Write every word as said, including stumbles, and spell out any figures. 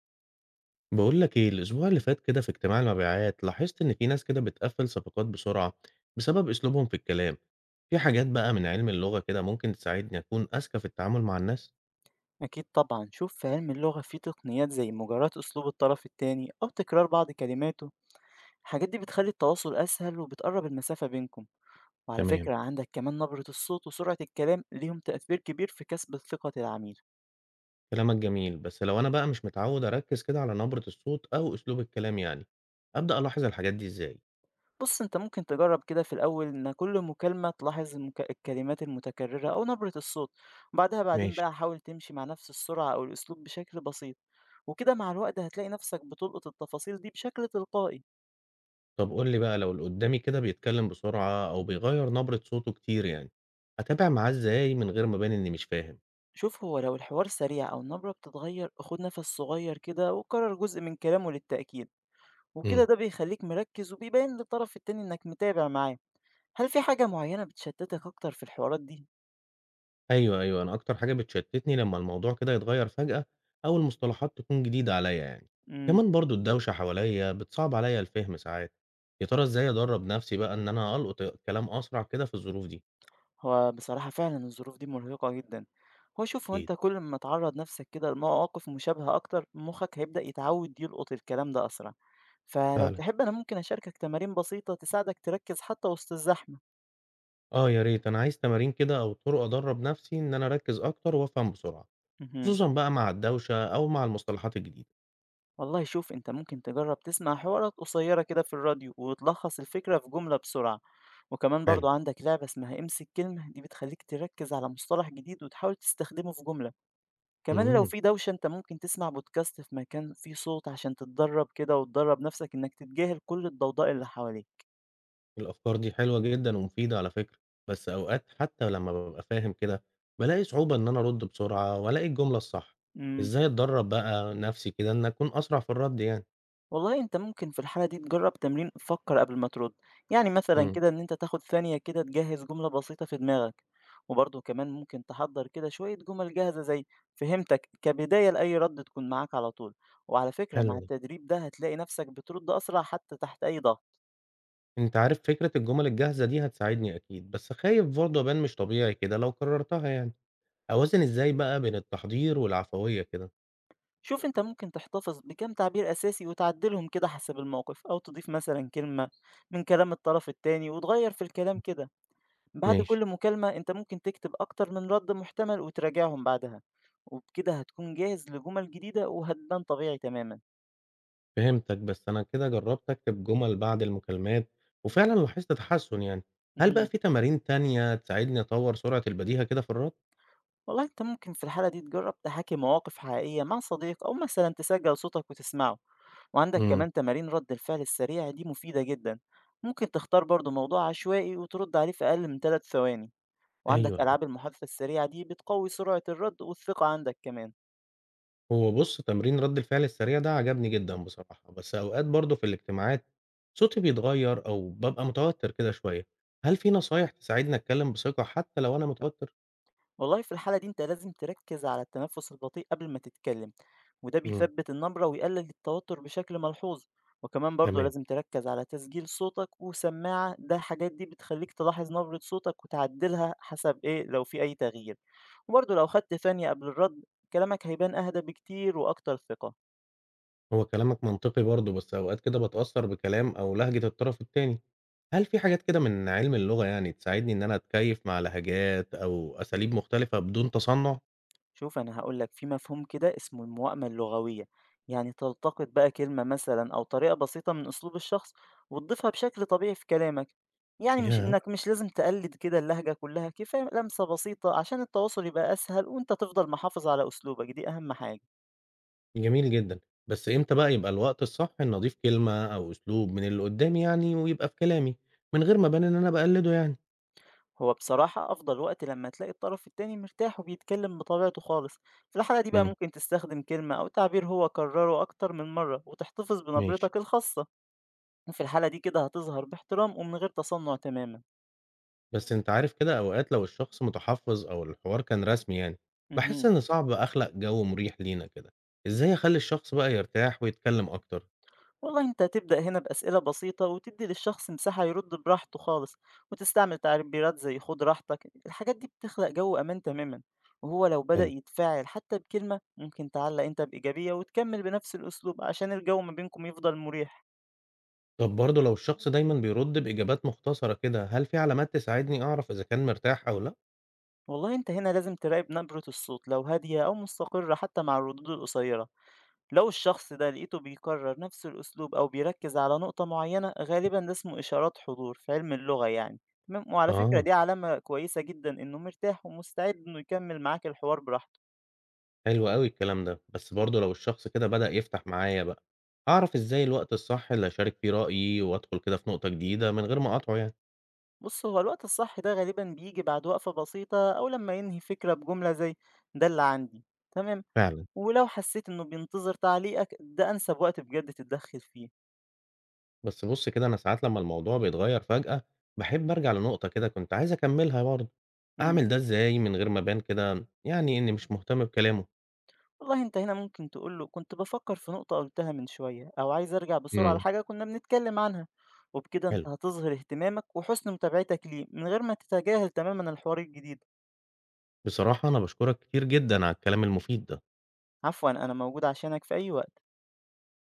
بقول لك ايه، الاسبوع اللي فات كده في اجتماع المبيعات لاحظت ان في ناس كده بتقفل صفقات بسرعة بسبب اسلوبهم في الكلام. في حاجات بقى من علم اللغة كده ممكن تساعدني اكون اذكى في التعامل مع الناس؟ أكيد طبعا. شوف، في علم اللغة في تقنيات زي مجاراة أسلوب الطرف التاني أو تكرار بعض كلماته. الحاجات دي بتخلي التواصل أسهل وبتقرب المسافة بينكم. وعلى تمام، فكرة عندك كمان نبرة الصوت وسرعة الكلام ليهم تأثير كبير في كسب ثقة العميل. كلامك جميل، بس لو انا بقى مش متعود اركز كده على نبرة الصوت او اسلوب الكلام يعني، ابدا الاحظ الحاجات دي ازاي؟ بص، أنت ممكن تجرب كده في الأول إن كل مكالمة تلاحظ المك... الكلمات المتكررة أو نبرة الصوت، وبعدها بعدين ماشي. بقى حاول تمشي مع نفس السرعة أو الأسلوب بشكل بسيط. وكده مع الوقت هتلاقي نفسك بتلقط التفاصيل دي بشكل تلقائي. طب قول لي بقى، لو اللي قدامي كده بيتكلم بسرعة او بيغير نبرة صوته كتير يعني، اتابع معاه ازاي من غير ما ابان اني مش فاهم؟ شوف، هو لو الحوار سريع أو النبرة بتتغير خد نفس صغير كده وكرر جزء من كلامه للتأكيد. وكده ده بيخليك مركز وبيبين للطرف التاني إنك متابع معاه. هل في حاجة معينة بتشتتك أكتر في الحوارات دي؟ أيوه، أيوه، أنا أكتر حاجة بتشتّتني لمّا الموضوع كده يتغيّر فجأة أو المصطلحات تكون جديدة عليّا يعني، امم كمان برضه الدوشة حواليّا بتصعب عليّا الفهم ساعات، يا ترى إزاي أدرّب نَفْسي بقى إن أنا ألقط الكلام أسرع كده في الظروف دي؟ هو بصراحة فعلا الظروف دي مرهقة جدا. هو شوف هو أكيد. أنت كل ما تعرض نفسك كده لمواقف مشابهة أكتر، مخك هيبدأ يتعود يلقط الكلام ده أسرع. فلو فعلًا. تحب أنا ممكن أشاركك تمارين بسيطة تساعدك تركز حتى وسط الزحمة. آه يا ريت، أنا عايز تمارين كده أو طُرق أدرّب نَفْسي إن أنا أركّز أكتر وأفهم بسرعة، مهم. خصوصًا بقى مع الدوشة أو مع المصطلحات الجديدة. والله، شوف، انت ممكن تجرب تسمع حوارات قصيرة كده في الراديو وتلخص الفكرة في جملة بسرعة. وكمان برضو حلو. عندك لعبة اسمها امسك كلمة، دي بتخليك تركز على مصطلح جديد وتحاول تستخدمه في جملة. كمان لو إمم. في دوشة، انت ممكن تسمع بودكاست في مكان فيه صوت عشان تتدرب كده وتدرب نفسك انك تتجاهل كل الضوضاء اللي حواليك. الأفكار دي حلوة جدًا ومفيدة على فكرة، بس أوقات حتى لمّا بابقى فاهم كده، بالاقي صعوبة إن أنا أرُد بسرعة وألاقي الجملة الصح. امم إزاي أتدرب بقى نفسي كده إن أكون أسرع في الرد يعني؟ والله، أنت ممكن في الحالة دي تجرّب تمرين فكّر قبل ما ترد، يعني مثلًا إمم. كده إن أنت تاخد ثانية كده تجهّز جملة بسيطة في دماغك. وبرضه كمان ممكن تحضّر كده شوية جُمل جاهزة زي فهمتك كبداية لأي رد تكون معاك على طول. وعلى فكرة حلو مع ده. التدريب ده هتلاقي نفسك بترد أسرع حتى تحت أي ضغط. أنت عارف فكرة الجمل الجاهزة دي هتساعدني أكيد، بس خايف برضه أبان مش طبيعي كده لو كررتها يعني. أوازن إزاي بقى بين التحضير والعفوية كده؟ شوف، أنت ممكن تحتفظ بكام تعبير أساسي وتعدّلهم كده حسب الموقف، أو تضيف مثلًا كلمة من كلام الطرف التاني وتغيّر في الكلام كده. بعد ماشي. كل مكالمة أنت ممكن تكتب أكتر من رد محتمل وتراجعهم بعدها. وبكده هتكون جاهز لجمل جديدة وهتبان طبيعي تماما. فهمتك. بس أنا كده جربت أكتب جمل بعد المكالمات وفعلا لاحظت تحسن يعني. هل بقى مهم. في تمارين تانية تساعدني أطور سرعة البديهة كده في الرد؟ والله، أنت ممكن في الحالة دي تجرب تحاكي مواقف حقيقية مع صديق، أو مثلا تسجل صوتك وتسمعه. وعندك امم كمان تمارين رد الفعل السريع، دي مفيدة جدا. ممكن تختار برضو موضوع عشوائي وترد عليه في أقل من تلات ثواني. أيوه، وعندك أيوه. ألعاب المحادثة السريعة دي بتقوي سرعة الرد والثقة عندك كمان. هو بص، تمرين رد الفعل السريع ده عجبني جدا بصراحة، بس أوقات برضه في الاجتماعات صوتي بيتغير أو ببقى متوتر كده شوية. هل في نصايح تساعدني أتكلم بثقة حتى لو أنا متوتر؟ والله، في الحالة دي أنت لازم تركز على التنفس البطيء قبل ما تتكلم، وده امم بيثبت النبرة ويقلل التوتر بشكل ملحوظ. وكمان برضه تمام. لازم تركز على تسجيل صوتك وسماعة، ده حاجات دي بتخليك تلاحظ نبرة صوتك وتعدلها حسب إيه لو في أي تغيير. وبرضه لو خدت ثانية قبل الرد كلامك هيبان أهدى بكتير وأكتر ثقة. هو كلامك منطقي برضه، بس أوقات كده باتأثّر بكلام أو لهجة الطرف التاني. هل في حاجات كده من علم اللغة يعني تساعدني إن أنا أتكيّف مع لهجات أو أساليب مختلفة بدون تصنُّع؟ شوف، أنا هاقول لك في مفهوم كده اسمه الموائمة اللغوية، يعني تلتقط بقى كلمة مثلا أو طريقة بسيطة من أسلوب الشخص وتضيفها بشكل طبيعي في كلامك. يعني مش ياه! إنك مش لازم تقلد كده اللهجة كلها، كفاية لمسة بسيطة عشان التواصل يبقى أسهل، وأنت تفضل محافظ على أسلوبك، دي أهم حاجة. جميل جدًا. بس إمتى بقى يبقى الوقت الصح إني أضيف كلمة أو أسلوب من اللي قدّامي يعني ويبقى في كلامي، من غير ما أبان إن أنا باقلّده يعني؟ هو بصراحة أفضل وقت لما تلاقي الطرف التاني مرتاح وبيتكلم بطبيعته خالص. في الحالة دي بقى إمم. ممكن تستخدم كلمة أو تعبير هو كرره أكتر من مرة وتحتفظ ماشي. بنبرتك الخاصة. في الحالة دي كده هتظهر باحترام ومن غير تصنع تماما. بس أنت عارف كده، أوقات لو الشخص متحفّظ أو الحوار كان رسمي يعني، باحس مهم. إن صعب أخلق جو مُريح لينا كده. إزاي أخلّي الشخص بقى يرتاح ويتكلّم أكتر؟ والله، انت هتبدأ هنا بأسئلة بسيطة وتدي للشخص مساحة يرد براحته خالص، وتستعمل تعبيرات زي خد راحتك. الحاجات دي بتخلق جو أمان تماما. وهو لو بدأ حلو. يتفاعل حتى بكلمة ممكن تعلق انت بإيجابية وتكمل بنفس الأسلوب عشان الجو ما بينكم يفضل مريح. طب برضه لو الشخص دايمًا بيرد بإجابات مختصرة كده، هل في علامات تساعدني أعرف إذا كان مرتاح أو لأ؟ والله، انت هنا لازم تراقب نبرة الصوت لو هادية أو مستقرة حتى مع الردود القصيرة. لو الشخص ده لقيته بيكرر نفس الأسلوب أو بيركز على نقطة معينة، غالبا ده اسمه إشارات حضور في علم اللغة يعني. تمام، وعلى فكرة آه. دي علامة كويسة جدا إنه مرتاح ومستعد إنه يكمل معاك الحوار براحته. حلو أوي الكلام ده. بس برضه لو الشخص كده بدأ يفتح معايا بقى، أعرف إزاي الوقت الصح اللي أشارك فيه رأيي وأدخل كده في نقطة جديدة من غير ما أقاطعه يعني؟ بص، هو الوقت الصح ده غالبا بيجي بعد وقفة بسيطة أو لما ينهي فكرة بجملة زي ده اللي عندي. تمام. فعلا. ولو حسيت إنه بينتظر تعليقك ده أنسب وقت بجد تتدخل فيه. بس بُص كده، أنا ساعات لمّا الموضوع بيتغير فجأة، باحب أرجع لنقطة كده كنت عايز أكملها برضه. مم. أعمل ده إزاي من غير ما أبان كده يعني إني مش مهتم بكلامه؟ والله، أنت هنا ممكن تقول له كنت بفكر في نقطة قلتها من شوية، أو عايز أرجع بسرعة إمم. لحاجة كنا بنتكلم عنها. وبكده أنت حلو. هتظهر اهتمامك وحسن متابعتك ليه من غير ما تتجاهل تماما الحوار الجديد. بصراحة أنا باشكرك كتير جدًا على الكلام المفيد ده. عفوا، أنا موجود عشانك في أي وقت.